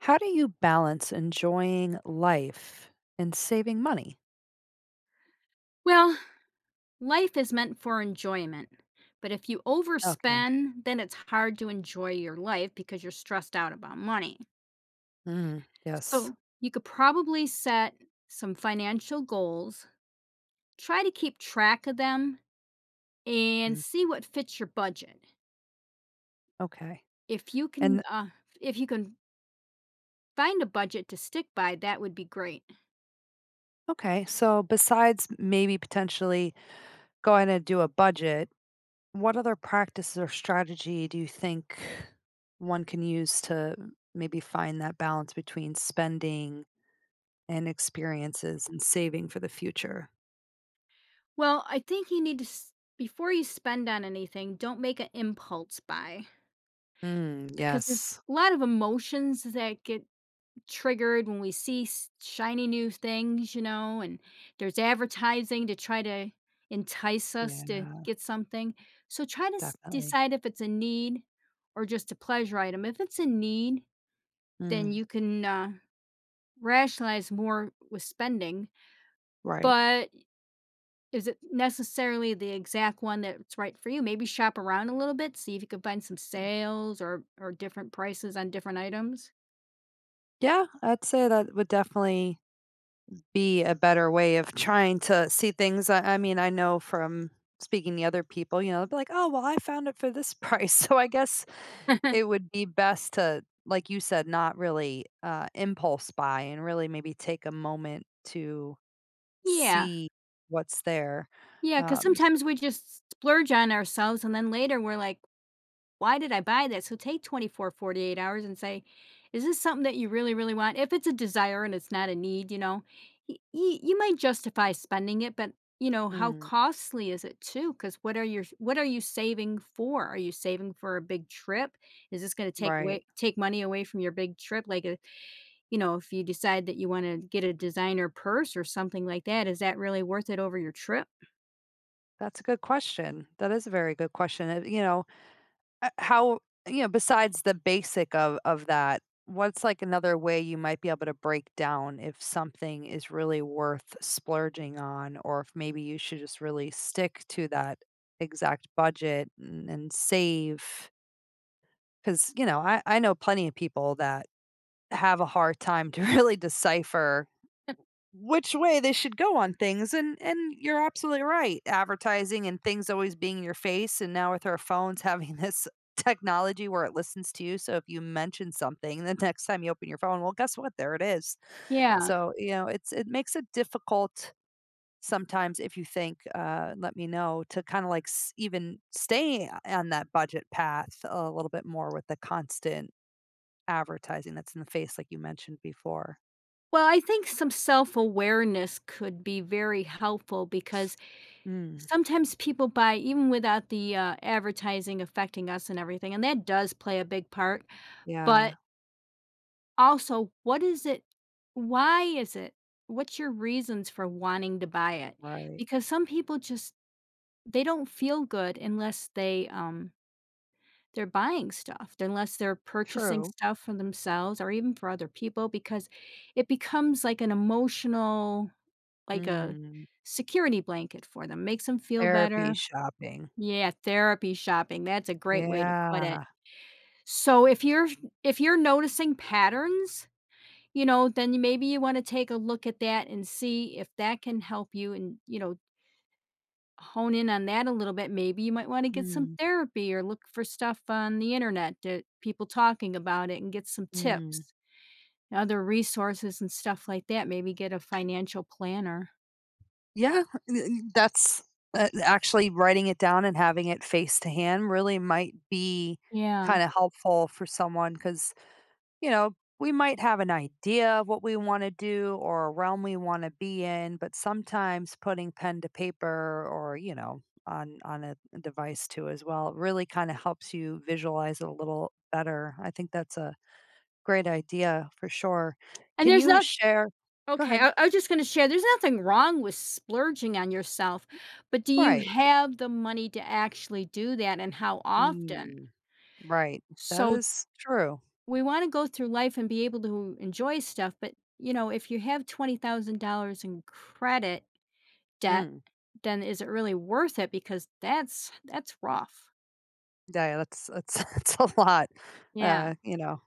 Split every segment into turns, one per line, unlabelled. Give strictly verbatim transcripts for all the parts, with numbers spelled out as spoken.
How do you balance enjoying life and saving money?
Well, life is meant for enjoyment. But if you
Okay.
overspend, then it's hard to enjoy your life because you're stressed out about money.
Mm, yes.
So you could probably set some financial goals, try to keep track of them, and
Mm,
see what fits your budget.
okay.
If you can,
And
uh, if you can find a budget to stick by, that would be great.
Okay. So, besides maybe potentially going to do a budget, what other practices or strategy do you think one can use to maybe find that balance between spending and experiences and saving for the future?
Well, I think you need to s- before you spend on anything, don't make an impulse buy
Mm,
because there's
yes.
a lot of emotions that get triggered when we see s- shiny new things, you know, and there's advertising to try to entice us to
Yeah,
get something. So try to s-
definitely.
decide if it's a need or just a pleasure item. If it's a need, then
Mm,
you can uh, rationalize more with spending.
right.
But is it necessarily the exact one that's right for you? Maybe shop around a little bit, see if you can find some sales or or different prices on different items.
Yeah, I'd say that would definitely be a better way of trying to see things. I, I mean, I know from speaking to other people, you know, they'll be like, oh, well, I found it for this price. So I guess it would be best to, like you said, not really uh, impulse buy and really maybe take a moment to
Yeah.
see what's there.
Yeah, because
Um, s-
sometimes we just splurge on ourselves and then later we're like, "Why did I buy this?" So take twenty four, forty eight hours and say, "Is this something that you really, really want?" If it's a desire and it's not a need, you know, y y you might justify spending it, but, you know, how
mm,
costly is it too? Because what are your what are you saving for? Are you saving for a big trip? Is this gonna take
right.
away take money away from your big trip? Like, uh, you know, if you decide that you wanna get a designer purse or something like that, is that really worth it over your trip?
That's a good question. That is a very good question. Uh, You know, Uh, how, you know, besides the basic of of that, what's, like, another way you might be able to break down if something is really worth splurging on, or if maybe you should just really stick to that exact budget and and save? Because you know, I I know plenty of people that have a hard time to really decipher which way they should go on things, and and you're absolutely right. Advertising and things always being in your face, and now with our phones having this technology where it listens to you, so if you mention something, the next time you open your phone, well, guess what, there it is.
Yeah.
So you know it's it makes it difficult sometimes if you think, uh, let me know, to kind of like s- even stay on that budget path a little bit more, with the constant advertising that's in the face like you mentioned before.
Well, I think some self-awareness could be very helpful because
Mm.
sometimes people buy even without the, uh, advertising affecting us and everything, and that does play a big part, but
Yeah.
also, what is it why is it? What's your reasons for wanting to buy it?
Right.
Because some people just they don't feel good unless they, um they're buying stuff, unless they're purchasing
True.
stuff for themselves or even for other people because it becomes like an emotional like a
Mm,
security blanket for them, makes them feel
therapy
better.
shopping.
Yeah, therapy shopping, that's a great way to put it.
Yeah.
So if you're if you're noticing patterns, you know, then you- maybe you wanna take a look at that and see if that can help you and, you know, hone in on that a little bit. Maybe you might wanna get some
Mm,
therapy or look for stuff on the Internet that people talking about it and get some
mm.
tips, other resources and stuff like that, maybe get a financial planner.
Yeah, n- n- that's, uh, actually writing it down and having it face to hand really might be
Yeah.
kinda helpful for someone, because you know, we might have an idea of what we wanna do or a realm we wanna be in, but sometimes putting pen to paper, or, you know, on on a device too as well, really kinda helps you visualize it a little better. I think that's a great idea for sure.
And
Can
there's
you
no
share? Go
okay,
ahead.
I, I was just going to share there's nothing wrong with splurging on yourself, but do you
Right.
have the money to actually do that and how often?
Mm, right. That
So
is true.
we want to go through life and be able to enjoy stuff, but you know, if you have twenty thousand dollars in credit debt,
Mm.
then is it really worth it because that's that's rough.
Yeah, that's that's that's a lot.
Yeah.
Uh, you know,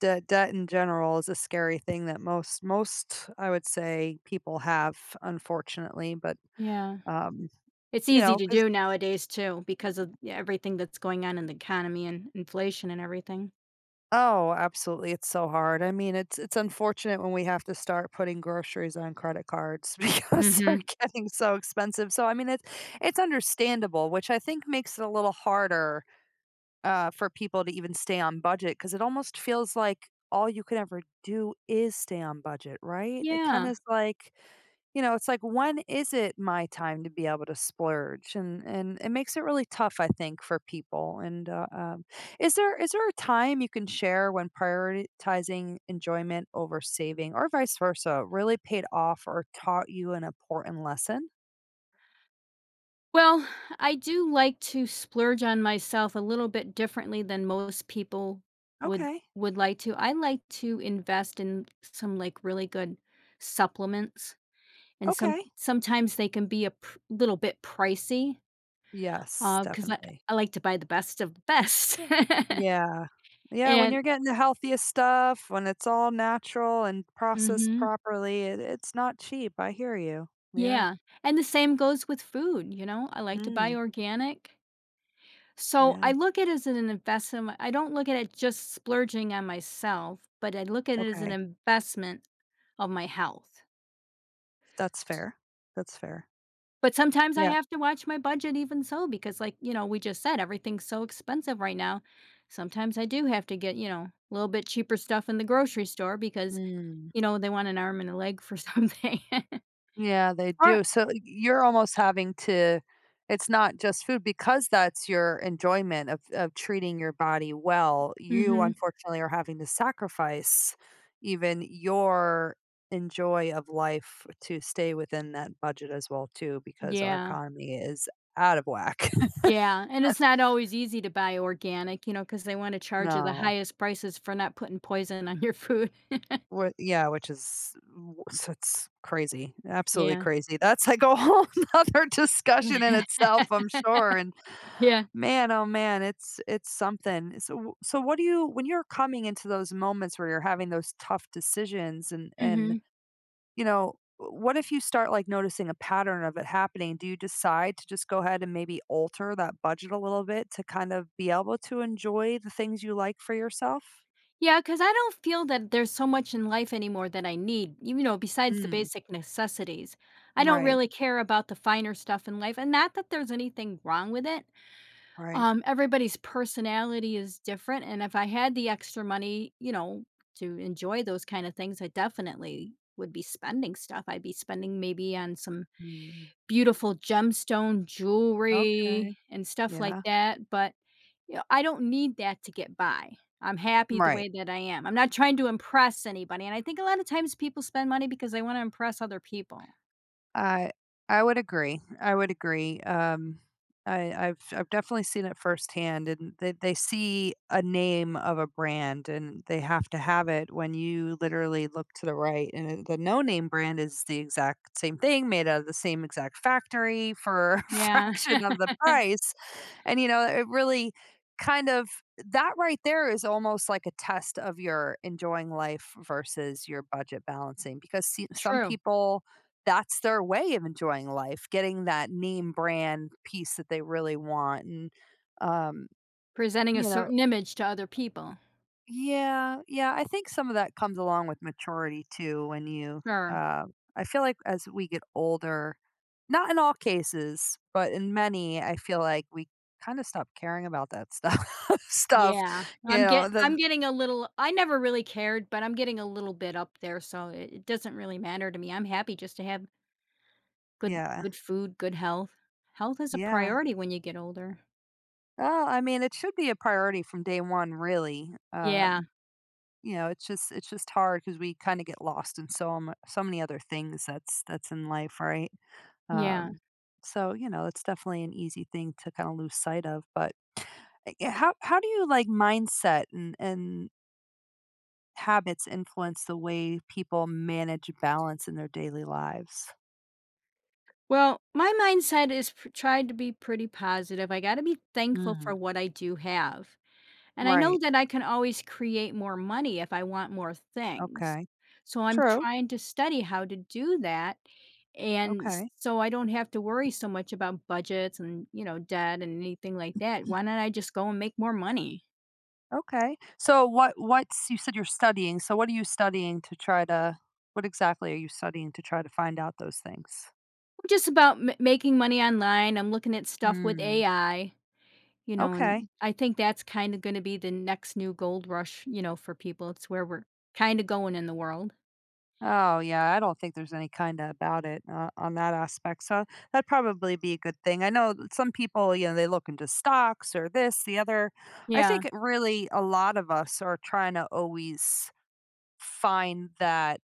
debt debt in general is a scary thing that most most I would say people have, unfortunately, but,
Yeah.
um,
It's
you
easy
know,
to
because.
do nowadays too because of yeah, everything that's going on in the economy and inflation and everything.
Oh, absolutely, it's so hard. I mean, it's it's unfortunate when we have to start putting groceries on credit cards because they're
Mhm.
getting so expensive. So, I mean, it's it's understandable, which I think makes it a little harder, uh, for people to even stay on budget, because it almost feels like all you can ever do is stay on budget, right? It kinda
Yeah.
is like, you know, it's like, when is it my time to be able to splurge? And and it makes it really tough, I think, for people. And, uh, um, is there is there a time you can share when prioritizing enjoyment over saving or vice versa really paid off or taught you an important lesson?
Well, I do like to splurge on myself a little bit differently than most people would
Okay.
would like to. I like to invest in some like really good supplements, and some
Okay.
sometimes they can be a pr- little bit pricey
Yes,
because I,
definitely.
I like to buy the best of the best.
Yeah. Yeah, when
and
you're getting the healthiest stuff, when it's all natural and processed
hmm
properly, it it's not cheap, I hear you. Yeah.
yeah, and the same goes with food. You know, I like to buy
Mm,
organic. So I
yeah,
look at it as an investment. I don't look at it just splurging on myself, but I look at it as an
okay.
investment of my health.
That's fair. That's fair.
But sometimes I
Yeah.
have to watch my budget even so because like, you know, we just said everything's so expensive right now. Sometimes I do have to get, you know, a little bit cheaper stuff in the grocery store because,
Mm.
you know, they want an arm and a leg for something.
Yeah, they
or
do. So you're almost having to, it's not just food, because that's your enjoyment of of treating your body well. You
mhm.
unfortunately are having to sacrifice even your enjoy of life to stay within that budget as well too, because our
Yeah.
economy is out of whack.
Yeah, and it's not always easy to buy organic, you know, because they wanna charge you the
No.
highest prices for not putting poison on your food.
Wh yeah, which is w s it's crazy, absolutely
Yeah.
crazy. That's like a whole other discussion in itself, I'm sure. And
Yeah,
man, oh man, it's it's something. So w- so what do you, when you're coming into those moments where you're having those tough decisions, and and
mhm.
you know, what if you start like noticing a pattern of it happening? Do you decide to just go ahead and maybe alter that budget a little bit to kind of be able to enjoy the things you like for yourself?
Because I don't feel that there's so much in life anymore that I need, you know, besides the
Mm,
basic necessities. I don't
right,
really care about the finer stuff in life, and not that there's anything wrong with it.
right.
Um, everybody's personality is different, and if I had the extra money, you know, to enjoy those kind of things, I definitely would be spending stuff. I'd be spending maybe on some
Mm,
beautiful gemstone jewelry
okay.
and stuff like
Yeah.
that, but, you know, I don't need that to get by. I'm happy the
Right.
way that I am. I'm not trying to impress anybody, and I think a lot of times people spend money because they wanna impress other people.
I I would agree. I would agree. Um, I, I've I've definitely seen it firsthand, and they they see a name of a brand, and they have to have it when you literally look to the right, and it- the no name brand is the exact same thing, made out of the same exact factory for a
Yeah.
fraction of the price, and you know, it really kind of, that right there is almost like a test of your enjoying life versus your budget balancing, because see, some
True.
people, that's their way of enjoying life, getting that name brand piece that they really want. And, um,
Presenting a
you know,
certain image to other people.
yeah, yeah, I think some of that comes along with maturity too. When you,
Sure.
uh, I feel like as we get older, not in all cases, but in many, I feel like we kind of stop caring about that stuff. stuff,
Yeah,
you
I'm
know,
get I'm
the,
getting a little I never really cared, but I'm getting a little bit up there, so it it doesn't really matter to me. I'm happy just to have good
Yeah,
good food, good health. Health is a
yeah.
priority when you get older.
Well, I mean, it should be a priority from day one, really.
Yeah,
Um, You know, it's just it's just hard because we kinda get lost in so m so many other things that's that's in life, right?
yeah.
Um, so, you know, it's definitely an easy thing to kinda lose sight of, but, eh, yeah, how how do you, like, mindset and and habits influence the way people manage balance in their daily lives?
Well, my mindset is p tried to be pretty positive. I gotta be thankful
Mm,
for what I do have. And I know
right,
that I can always create more money if I want more things.
okay.
So I'm
True,
trying to study how to do that, and s
okay,
so I don't have to worry so much about budgets and, you know, debt and anything like that. Why not I just go and make more money?
okay. So what what's you said you're studying, so what are you studying to try to what exactly are you studying to try to find out those things?
I'm just about ma making money online, I'm looking at stuff with
Mm,
A I, you know,
okay.
and I think that's kinda gonna be the next new gold rush, you know, for people. It's where we're kinda going in the world.
Oh, yeah, I don't think there's any kinda about it, uh, on that aspect, so that'd probably be a good thing. I know that some people, you know, they look into stocks or this, the other. I think
Yeah.
it really, a lot of us are trying to always find that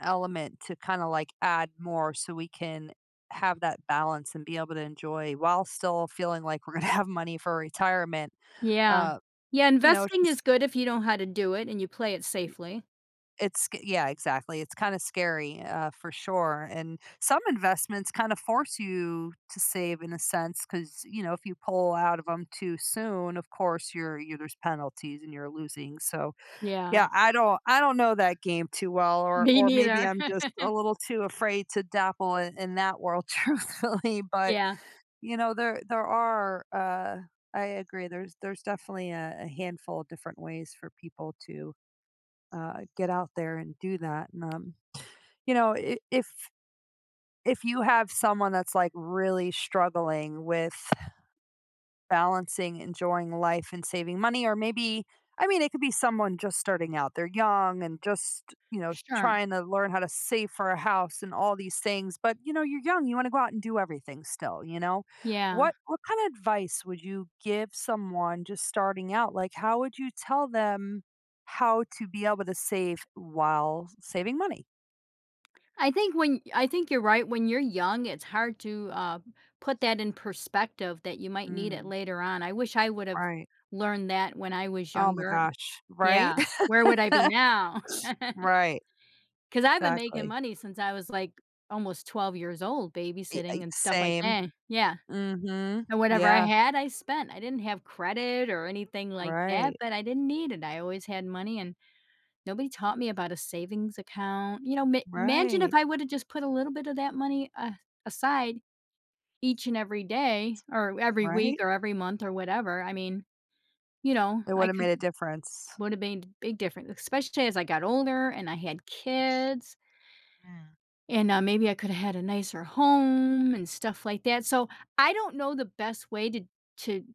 element to kinda, like, add more so we can have that balance and be able to enjoy while still feeling like we're gonna have money for retirement.
Yeah.
Uh,
Yeah,
you know, it's
investing
just
is good if you know how to do it and you play it safely.
It's sc Yeah, exactly. It's kinda scary, uh, for sure, and some investments kinda force you to save in a sense, because you know, if you pull out of them too soon, of course, you're you there's penalties and you're losing, so,
Yeah.
yeah, I don't I don't know that game too well, or
Me
or maybe
neither.
I'm just a little too afraid to dabble in in that world truthfully. But,
Yeah.
you know, there there are, uh I agree, there's there's definitely a a handful of different ways for people to, uh, get out there and do that. And, um, you know, i- if if you have someone that's like really struggling with balancing enjoying life and saving money, or maybe, I mean, it could be someone just starting out. They're young, and just, you know,
Sure.
trying to learn how to save for a house and all these things, but, you know, you're young, you want to go out and do everything still, you know.
Yeah.
What what kind of advice would you give someone just starting out? Like, how would you tell them how to be able to save while saving money?
I think when I think you're right. When you're young, it's hard to, uh, put that in perspective that you might need it
Mm,
later on. I wish I would have
right.
learned that when I was
Oh my
younger.
gosh. Right?
Yeah. Where would I be now?
Right.
Because 'Cause I've been making
Exactly.
money since I was, like, almost twelve years old
Y-
babysitting
y-
and stuff like
Same.
that. Yeah.
Mhm.
And whatever I
Yeah.
had, I spent. I didn't have credit or anything like that,
Right.
but I didn't need it. I always had money, and nobody taught me about a savings account. You know, ma imagine if
Right.
I woulda just put a little bit of that money a aside each and every day or every week
Right?
or every month or whatever. I mean, you know,
It
I
would've
could
made a difference.
would've made a big difference, especially as I got older and I had kids,
Mm.
and, uh, maybe I coulda had a nicer home and stuff like that. So, I don't know the best way to to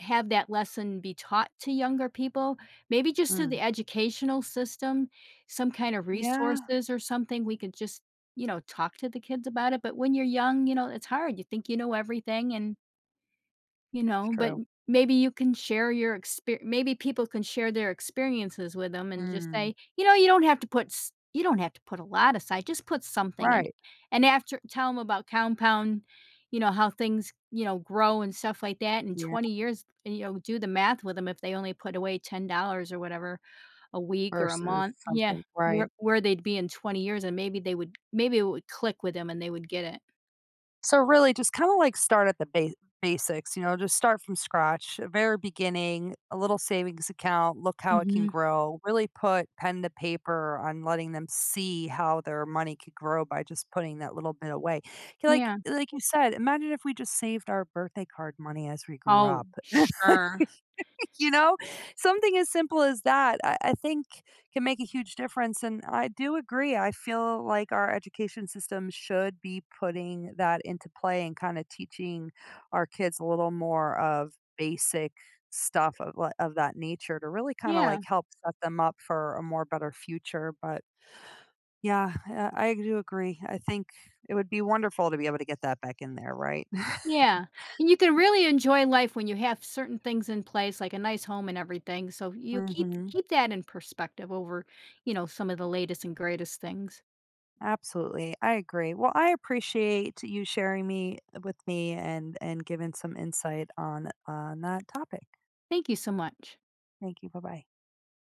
have that lesson be taught to younger people, maybe just through
Mm.
the educational system, some kind of
Yeah.
resources or something, we could just, you know, talk to the kids about it, but when you're young, you know, it's hard, you think you know everything and you
It's
know, but
true.
maybe you can share your experience. Maybe people can share their experiences with them and just
Mm.
say, "You know, you don't have to put s you don't have to put a lot aside, just put something in." it.
Right.
And after tell them about compound, you know, how things, you know, grow and stuff like that in
Yeah.
twenty years, and, you know, do the math with them if they only put away ten dollars or whatever a week or a
Versus
month. Yeah,
something. Right.
where where they'd be in twenty years, and maybe they would maybe it would click with them and they would get it.
So really just kind of like start at the ba- basics. You know, just start from scratch, a very beginning, a little savings account, look how it can
Mhm.
grow, really put pen to paper on letting them see how their money could grow by just putting that little bit away. Like
Yeah.
like you said, imagine if we just saved our birthday card money as we grew
Oh,
up.
sure.
You know? Something as simple as that, I, I think, can make a huge difference. And I do agree. I feel like our education system should be putting that into play and kind of teaching our kids a little more of basic stuff of, li- of that nature, to really kind of like
Yeah.
help set them up for a more better future. But yeah, I I do agree. I think it would be wonderful to be able to get that back in there, right?
Yeah, and you can really enjoy life when you have certain things in place, like a nice home and everything, so you keep
Hmm.
keep that in perspective over, you know, some of the latest and greatest things.
Absolutely. I agree. Well, I appreciate you sharing me with me and and giving some insight on on that topic.
Thank you so much.
Thank you. Bye-bye.